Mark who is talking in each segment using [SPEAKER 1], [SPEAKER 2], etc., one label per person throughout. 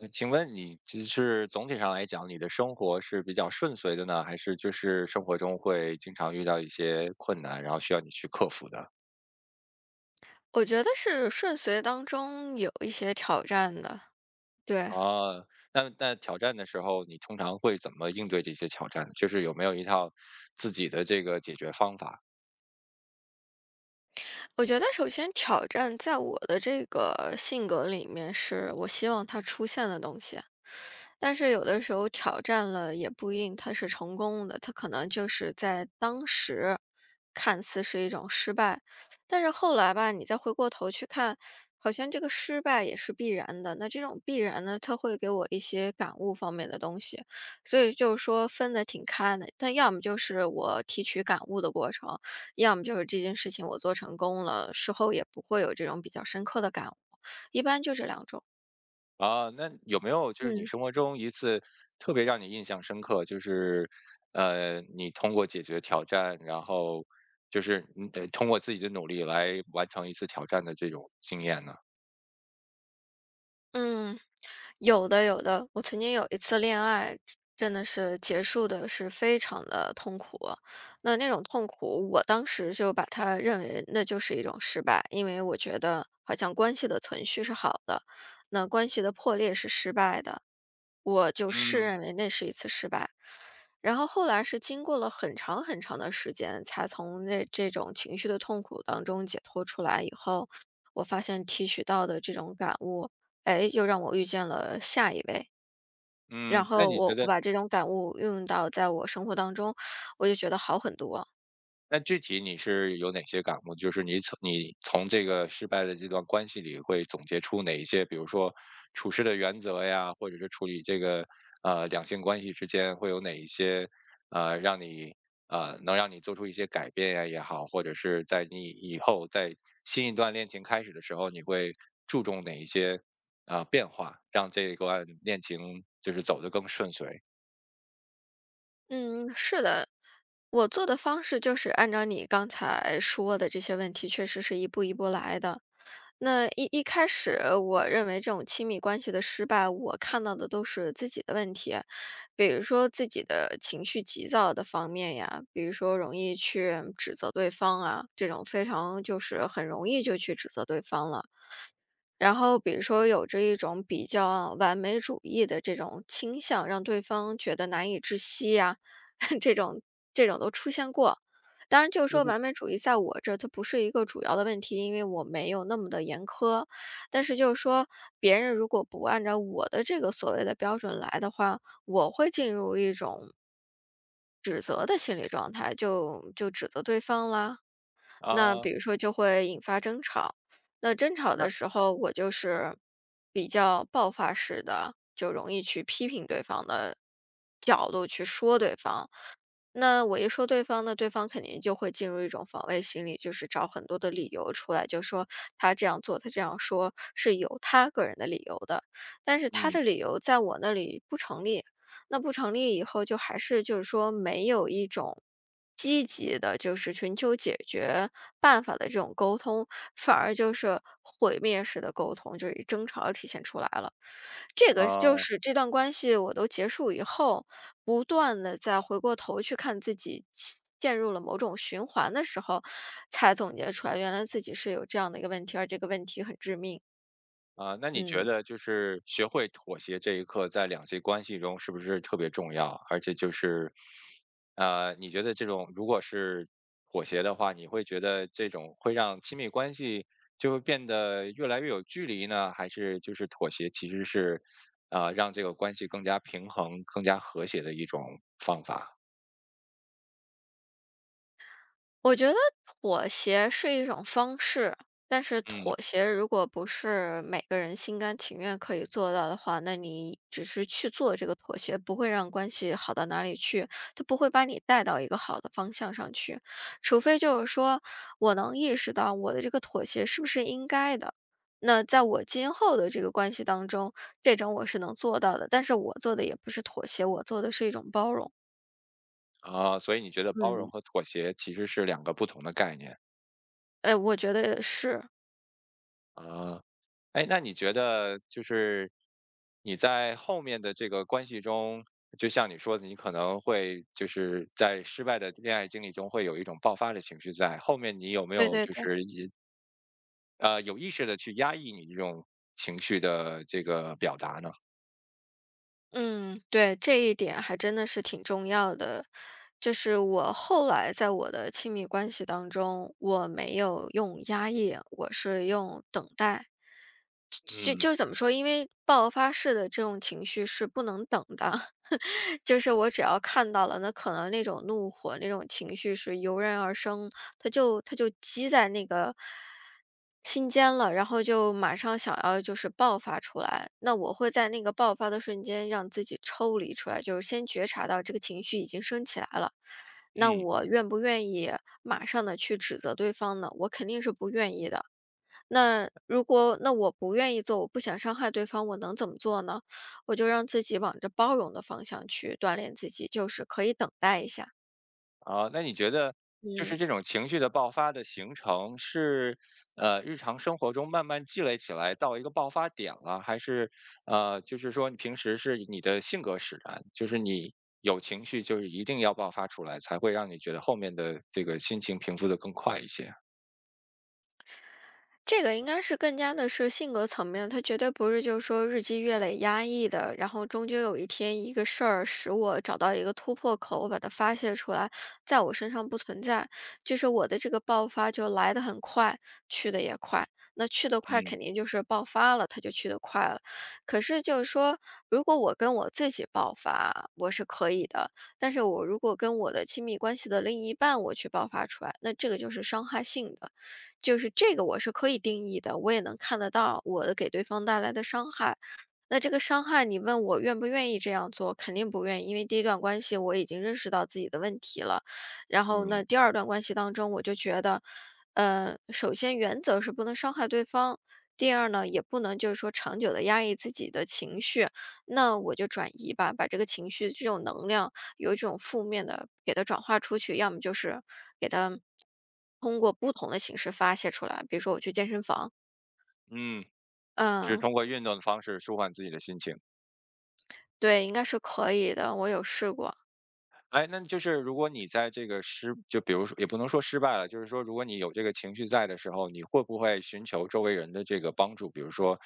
[SPEAKER 1] 请问你就是总体上来讲，你的生活是比较顺遂的呢，还是就是生活中会经常遇到一些困难，然后需要你去克服的？
[SPEAKER 2] 我觉得是顺随当中有一些挑战的，对。
[SPEAKER 1] 啊，那挑战的时候，你通常会怎么应对这些挑战？就是有没有一套自己的这个解决方法？
[SPEAKER 2] 我觉得首先挑战在我的这个性格里面是我希望它出现的东西，但是有的时候挑战了也不一定它是成功的，它可能就是在当时看似是一种失败，但是后来吧，你再回过头去看，好像这个失败也是必然的。那这种必然呢，它会给我一些感悟方面的东西，所以就是说分得挺开的。但要么就是我提取感悟的过程。要么就是这件事情我做成功了，事后也不会有这种比较深刻的感悟，一般就这两种。
[SPEAKER 1] 啊，那有没有就是你
[SPEAKER 2] 嗯。
[SPEAKER 1] 生活中一次特别让你印象深刻，就是你通过解决挑战，然后就是你得通过自己的努力来完成一次挑战的这种经验呢？
[SPEAKER 2] 嗯，有的有的，我曾经有一次恋爱，真的是结束的是非常的痛苦。那那种痛苦，我当时就把它认为那就是一种失败，因为我觉得好像关系的存续是好的，那关系的破裂是失败的，我就视
[SPEAKER 1] 嗯。
[SPEAKER 2] 认为那是一次失败。然后后来是经过了很长很长的时间，才从那这种情绪的痛苦当中解脱出来以后，我发现提取到的这种感悟。哎，又让我遇见了下一位，然
[SPEAKER 1] 嗯，那
[SPEAKER 2] 后
[SPEAKER 1] 你觉
[SPEAKER 2] 我
[SPEAKER 1] 得，
[SPEAKER 2] 把这种感悟运用到在我生活当中，我就觉得好很多。
[SPEAKER 1] 那具体你是有哪些感悟？就是你从这个失败的这段关系里，会总结出哪一些，比如说处事的原则呀，或者是处理这个两性关系之间会有哪一些呃让你呃能让你做出一些改变呀也好，或者是在你以后在新一段恋情开始的时候，你会注重哪一些变化，让这一段恋情就是走得更顺遂。
[SPEAKER 2] 嗯，是的，我做的方式就是按照你刚才说的这些问题，确实是一步一步来的。那一开始，我认为这种亲密关系的失败，我看到的都是自己的问题，比如说自己的情绪急躁的方面呀，比如说容易去指责对方啊，这种非常就是很容易就去指责对方了。然后比如说有着一种比较完美主义的这种倾向，让对方觉得难以置信呀，这种都出现过。当然，就是说完美主义在我这儿它不是一个主要的问题，因为我没有那么的严苛。但是就是说，别人如果不按照我的这个所谓的标准来的话，我会进入一种指责的心理状态，就指责对方啦。那
[SPEAKER 1] 啊、
[SPEAKER 2] 比如说就会引发争吵。那争吵的
[SPEAKER 1] 那。
[SPEAKER 2] 时候，我就是比较爆发式的，就容易去批评对方的角度去说对方。那我一说对方呢，对方肯定就会进入一种防卫心理，就是找很多的理由出来，就说他这样做，他这样说是有他个人的理由的，但是他
[SPEAKER 1] 嗯。
[SPEAKER 2] 的理由在我那里不成立。那不成立以后，就还是就是说没有一种积极的，就是寻求解决办法的这种沟通，反而就是毁灭式的沟通，就是以争吵体现出来了。这个就
[SPEAKER 1] 啊。
[SPEAKER 2] 是这段关系我都结束以后。不断的再回过头去看自己其陷入了某种循环的时候，才总结出来，原来自己是有这样的一个问题，而这个问题很致命。
[SPEAKER 1] 啊，那你觉
[SPEAKER 2] 嗯。
[SPEAKER 1] 得就是学会妥协这一刻，在两性关系中是不是特别重要？而且就是，啊，你觉得这种如果是妥协的话，你会觉得这种会让亲密关系就会变得越来越有距离呢？还是就是妥协其实是，啊让这个关系更加平衡、更加和谐的一种方法？
[SPEAKER 2] 我觉得妥协是一种方式，但是
[SPEAKER 1] 嗯，
[SPEAKER 2] 妥协如果不是每个人心甘情愿可以做到的话，那你只是去做这个妥协，不会让关系好到哪里去，它不会把你带到一个好的方向上去。除非就是说我能意识到我的这个妥协是不是应该的，那在我今后的这个关系当中，这种我是能做到的，但是我做的也不是妥协，我做的是一种包容。
[SPEAKER 1] 啊，所以你觉得包容
[SPEAKER 2] 嗯，
[SPEAKER 1] 和妥协其实是两个不同的概念
[SPEAKER 2] 哎，我觉得是，
[SPEAKER 1] 啊？哎，那你觉得就是你在后面的这个关系中，就像你说的，你可能会就是在失败的恋爱经历中会有一种爆发的情绪在，后面你有没
[SPEAKER 2] 对
[SPEAKER 1] 有
[SPEAKER 2] 对
[SPEAKER 1] 就
[SPEAKER 2] 对。
[SPEAKER 1] 是也有意识的去压抑你这种情绪的这个表达呢？
[SPEAKER 2] 嗯，对，这一点还真的是挺重要的。就是我后来在我的亲密关系当中，我没有用压抑，我是用等待。就
[SPEAKER 1] 嗯。
[SPEAKER 2] 就怎么说，因为爆发式的这种情绪是不能等的，就是我只要看到了，那可能那种怒火、那种情绪是油然而生，它就积在那个心间了，然后就马上想要就是爆发出来。那我会在那个爆发的瞬间让自己抽离出来，就是先觉察到这个情绪已经升起来了。那
[SPEAKER 1] 嗯。
[SPEAKER 2] 我愿不愿意马上的去指责对方呢？我肯定是不愿意的。那如果我不愿意做，我不想伤害对方，我能怎么做呢？我就让自己往着包容的方向去锻炼自己，就是可以等待一下。
[SPEAKER 1] 啊，那你觉得就是
[SPEAKER 2] 嗯。
[SPEAKER 1] 这种情绪的爆发的形成是，日常生活中慢慢积累起来到一个爆发点了，还是就是说你平时是你的性格使然，就是你有情绪就是一定要爆发出来，才会让你觉得后面的这个心情平复的更快一些啊？
[SPEAKER 2] 这个应该是更加的是性格层面，他绝对不是就是说日积月累压抑的，然后终究有一天一个事儿使我找到一个突破口，我把它发泄出来，在我身上不存在。就是我的这个爆发就来得很快，去得也快。那去得快
[SPEAKER 1] 嗯。
[SPEAKER 2] 肯定就是爆发了，他就去得快了。可是就是说，如果我跟我自己爆发，我是可以的；但是我如果跟我的亲密关系的另一半我去爆发出来，那这个就是伤害性的。就是这个我是可以定义的，我也能看得到我的给对方带来的伤害。那这个伤害，你问我愿不愿意这样做，肯定不愿意，因为第一段关系我已经认识到自己的问题了。然后
[SPEAKER 1] 嗯。
[SPEAKER 2] 那第二段关系当中，我就觉得，首先原则是不能伤害对方，第二呢，也不能就是说长久的压抑自己的情绪，那我就转移吧，把这个情绪这种能量有一种负面的给它转化出去，要么就是给它通过不同的形式发泄出来，比如说我去健身房，
[SPEAKER 1] 嗯，就是
[SPEAKER 2] 嗯，
[SPEAKER 1] 通过运动的方式舒缓自己的心情。
[SPEAKER 2] 对，应该是可以的，我有试过，
[SPEAKER 1] 哎，那就是如果你在这个就比如说，也不能说失败了，就是说，如果你有这个情绪在的时候，你会不会寻求周围人的这个帮助？比如说，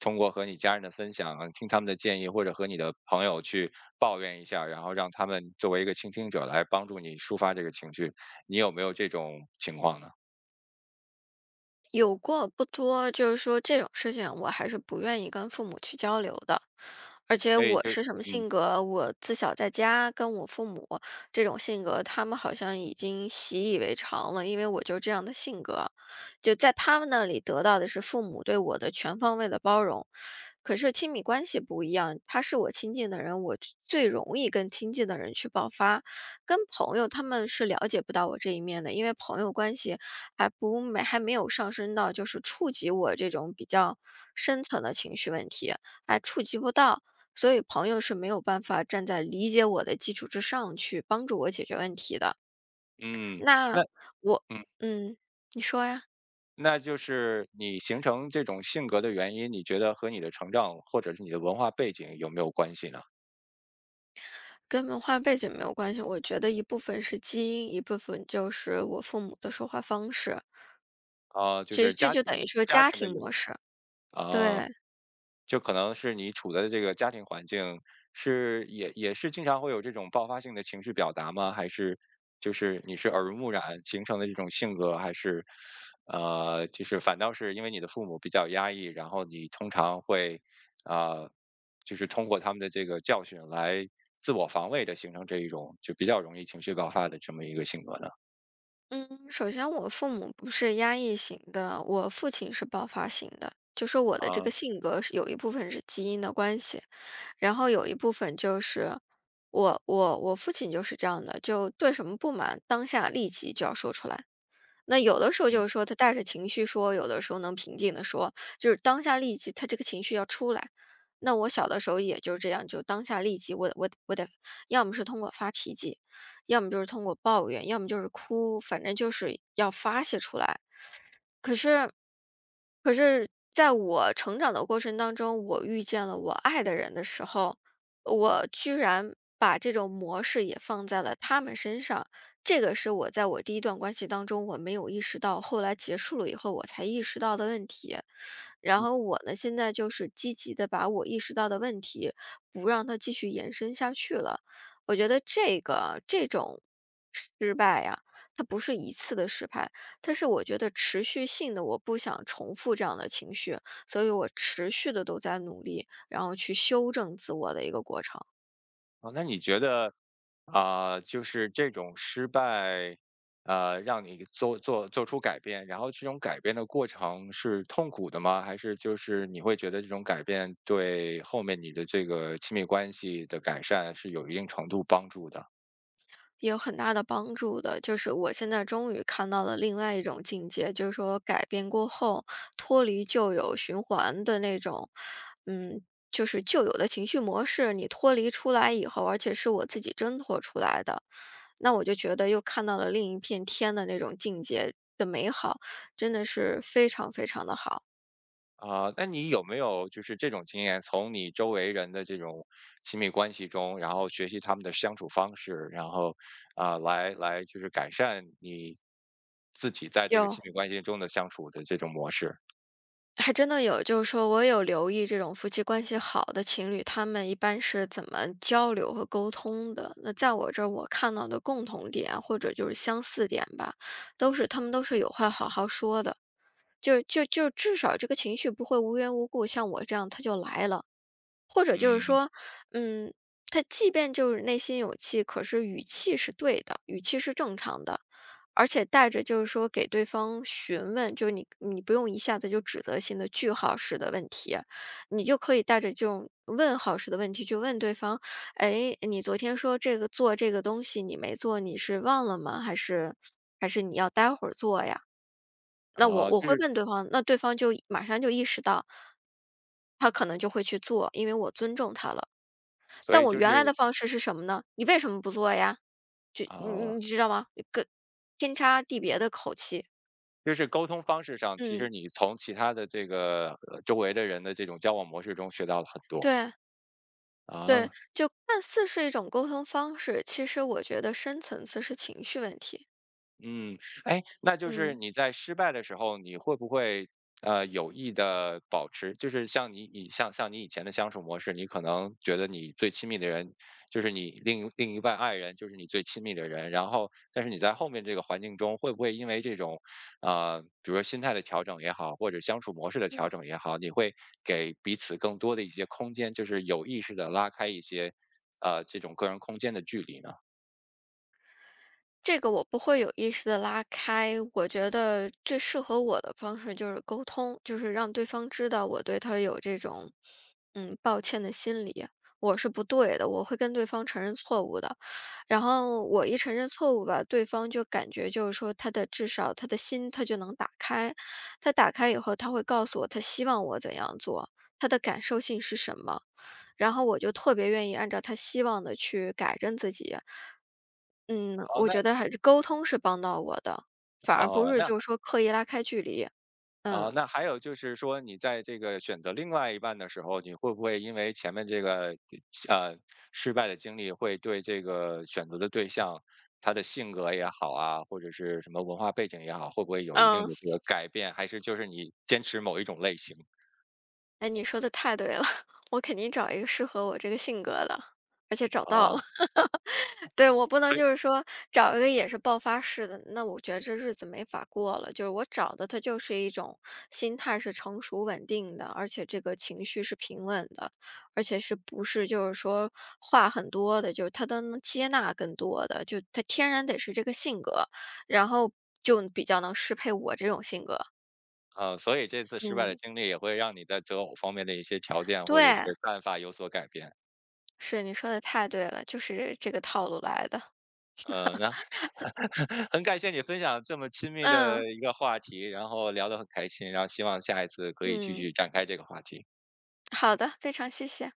[SPEAKER 1] 通过和你家人的分享啊听他们的建议，或者和你的朋友去抱怨一下，然后让他们作为一个倾听者来帮助你抒发这个情绪，你有没有这种情况呢？
[SPEAKER 2] 有过不多，就是说这种事情我还是不愿意跟父母去交流的。而且
[SPEAKER 1] 所以
[SPEAKER 2] 我
[SPEAKER 1] 就，
[SPEAKER 2] 是什么
[SPEAKER 1] 嗯。
[SPEAKER 2] 性格，我自小在家跟我父母这种性格，他们好像已经习以为常了，因为我就这样的性格，就在他们那里得到的是父母对我的全方位的包容。可是亲密关系不一样，他是我亲近的人，我最最容易跟亲近的人去爆发，跟朋友他们是了解不到我这一面的，因为朋友关系还没有上升到就是触及我这种比较深层的情绪问题，还触及不到。所以朋友是没有办法站在理解我的基础之上去帮助我解决问题的。
[SPEAKER 1] 嗯，
[SPEAKER 2] 那
[SPEAKER 1] 那。
[SPEAKER 2] 我，
[SPEAKER 1] 嗯，
[SPEAKER 2] 嗯，你说呀，
[SPEAKER 1] 那就是你形成这种性格的原因，你觉得和你的成长或者是你的文化背景有没有关系呢？
[SPEAKER 2] 跟文化背景没有关系。我觉得一部分是基因，一部分就是我父母的说话方式。
[SPEAKER 1] 啊，就
[SPEAKER 2] 其
[SPEAKER 1] 是
[SPEAKER 2] 实这
[SPEAKER 1] 家
[SPEAKER 2] 就
[SPEAKER 1] 庭
[SPEAKER 2] 等于是个
[SPEAKER 1] 家
[SPEAKER 2] 家
[SPEAKER 1] 庭的
[SPEAKER 2] 庭
[SPEAKER 1] 影响。
[SPEAKER 2] 模式。
[SPEAKER 1] 啊，
[SPEAKER 2] 对，
[SPEAKER 1] 就可能是你处的这个家庭环境是也是经常会有这种爆发性的情绪表达吗？还是就是你是耳濡目染形成的这种性格，还是就是反倒是因为你的父母比较压抑，然后你通常会啊、就是通过他们的这个教训来自我防卫的形成这一种就比较容易情绪爆发的这么一个性格呢？
[SPEAKER 2] 嗯，首先我父母不是压抑型的，我父亲是爆发型的，就说我的这
[SPEAKER 1] 啊，
[SPEAKER 2] 个
[SPEAKER 1] 嗯，
[SPEAKER 2] 性格是有一部分是基因的关系。然后有一部分就是我父亲就是这样的，就对什么不满，当下立即就要说出来。那有的时候就是说他带着情绪说，有的时候能平静的说，就是当下立即他这个情绪要出来。那我小的时候也就是这样，就当下立即我得，要么是通过发脾气，要么就是通过抱怨，要么就是哭，反正就是要发泄出来。可是可是在我成长的过程当中，我遇见了我爱的人的时候，我居然把这种模式也放在了他们身上。这个是我在我第一段关系当中我没有意识到，后来结束了以后我才意识到的问题。然后我呢，现在就是积极的把我意识到的问题，不让它继续延伸下去了。我觉得这种失败呀、它不是一次的失败。但是我觉得持续性的，我不想重复这样的情绪，所以我持续的都在努力，然后去修正自我的一个过程，
[SPEAKER 1] 哦，那你觉得？啊、就是这种失败，让你做出改变，然后这种改变的过程是痛苦的吗？还是就是你会觉得这种改变对后面你的这个亲密关系的改善是有一定程度帮助的？
[SPEAKER 2] 也有很大的帮助的。就是我现在终于看到了另外一种境界，就是说改变过后，脱离旧有循环的那种，嗯，就是旧有的情绪模式，你脱离出来以后，而且是我自己挣脱出来的，那我就觉得又看到了另一片天的那种境界的美好，真的是非常非常的好。
[SPEAKER 1] 啊、那你有没有就是这种经验，从你周围人的这种亲密关系中，然后学习他们的相处方式，然后啊、来就是改善你自己在这个
[SPEAKER 2] 有，
[SPEAKER 1] 亲密关系中的相处的这种模式？
[SPEAKER 2] 还真的有，就是说我有留意这种夫妻关系好的情侣，他们一般是怎么交流和沟通的。那在我这儿，我看到的共同点或者就是相似点吧，都是他们都是有话好好说的，就至少这个情绪不会无缘无故像我这样它就来了，或者就
[SPEAKER 1] 嗯。
[SPEAKER 2] 是说，嗯，他即便就是内心有气，可是语气是对的，语气是正常的。而且带着就是说给对方询问，就你不用一下子就指责性的句号式的问题，你就可以带着这种问号式的问题去问对方：“哎，你昨天说这个做这个东西你没做，你是忘了吗？还是还是你要待会儿做呀？”那我
[SPEAKER 1] 啊，
[SPEAKER 2] 我
[SPEAKER 1] 就
[SPEAKER 2] 会
[SPEAKER 1] 是
[SPEAKER 2] 问对方，那对方就马上就意识到，他可能就会去做，因为我尊重他了。
[SPEAKER 1] 所
[SPEAKER 2] 但
[SPEAKER 1] 以
[SPEAKER 2] 我
[SPEAKER 1] 就是
[SPEAKER 2] 原来的方式是什么呢？“你为什么不做呀？”就你你
[SPEAKER 1] 啊，
[SPEAKER 2] 你知道吗？跟天差地别的口气。
[SPEAKER 1] 就是沟通方式上，其实
[SPEAKER 2] 嗯，
[SPEAKER 1] 你从其他的这个，周围的人的这种交往模式中学到了很多，
[SPEAKER 2] 对对，
[SPEAKER 1] 啊。
[SPEAKER 2] 就看似是一种沟通方式，其实我觉得深层次是情绪问题。
[SPEAKER 1] 嗯，哎，那就是
[SPEAKER 2] 嗯。
[SPEAKER 1] 你在失败的时候，你会不会有意的保持，就是像你以像像你以前的相处模式，你可能觉得你最亲密的人就是你另一半爱人，就是你最亲密的人，然后但是你在后面这个环境中，会不会因为这种比如说心态的调整也好，或者相处模式的调
[SPEAKER 2] 嗯。
[SPEAKER 1] 整也好，你会给彼此更多的一些空间，就是有意识的拉开一些这种个人空间的距离呢？
[SPEAKER 2] 这个我不会有意识的拉开，我觉得最适合我的方式就是沟通，就是让对方知道我对他有这种，嗯，抱歉的心理，我是不对的，我会跟对方承认错误的。然后我一承认错误吧，对方就感觉就是说他的至少他的心他就能打开，他打开以后他会告诉我他希望我怎样做，他的感受性是什么。然后我就特别愿意按照他希望的去改正自己。嗯，
[SPEAKER 1] 哦，
[SPEAKER 2] 我
[SPEAKER 1] 那。
[SPEAKER 2] 觉得还是沟通是帮到我的，反而不
[SPEAKER 1] 哦，
[SPEAKER 2] 是
[SPEAKER 1] 那。
[SPEAKER 2] 就是说刻意拉开距离。
[SPEAKER 1] 啊，
[SPEAKER 2] 嗯
[SPEAKER 1] 那还有就是说，你在这个选择另外一半的时候，你会不会因为前面这个呃失败的经历，会对这个选择的对象，他的性格也好啊，或者是什么文化背景也好，会不会有一定
[SPEAKER 2] 嗯，
[SPEAKER 1] 的这个改变？还是就是你坚持某一种类型
[SPEAKER 2] 哎，你说的太对了，我肯定找一个适合我这个性格的，而且找到了。
[SPEAKER 1] 啊？
[SPEAKER 2] 对，我不能
[SPEAKER 1] 所以。
[SPEAKER 2] 就是说找一个也是爆发式的，那我觉得这日子没法过了。就是我找的，他就是一种心态是成熟稳定的，而且这个情绪是平稳的，而且是不是就是说话很多的，就是他都能接纳更多的，就他天然得是这个性格，然后就比较能适配我这种性格。
[SPEAKER 1] 啊，所以这次失败的
[SPEAKER 2] 嗯，
[SPEAKER 1] 经历也会让你在择偶方面的一些条件或
[SPEAKER 2] 对，
[SPEAKER 1] 者是办法有所改变。
[SPEAKER 2] 是你说的太对了，就是这个套路来的。
[SPEAKER 1] 那 很感谢你分享这么亲密的
[SPEAKER 2] 嗯
[SPEAKER 1] 一个话题，然后聊得很开心，然后希望下一次可以继
[SPEAKER 2] 嗯，
[SPEAKER 1] 续展开这个话题。
[SPEAKER 2] 好的，非常谢谢。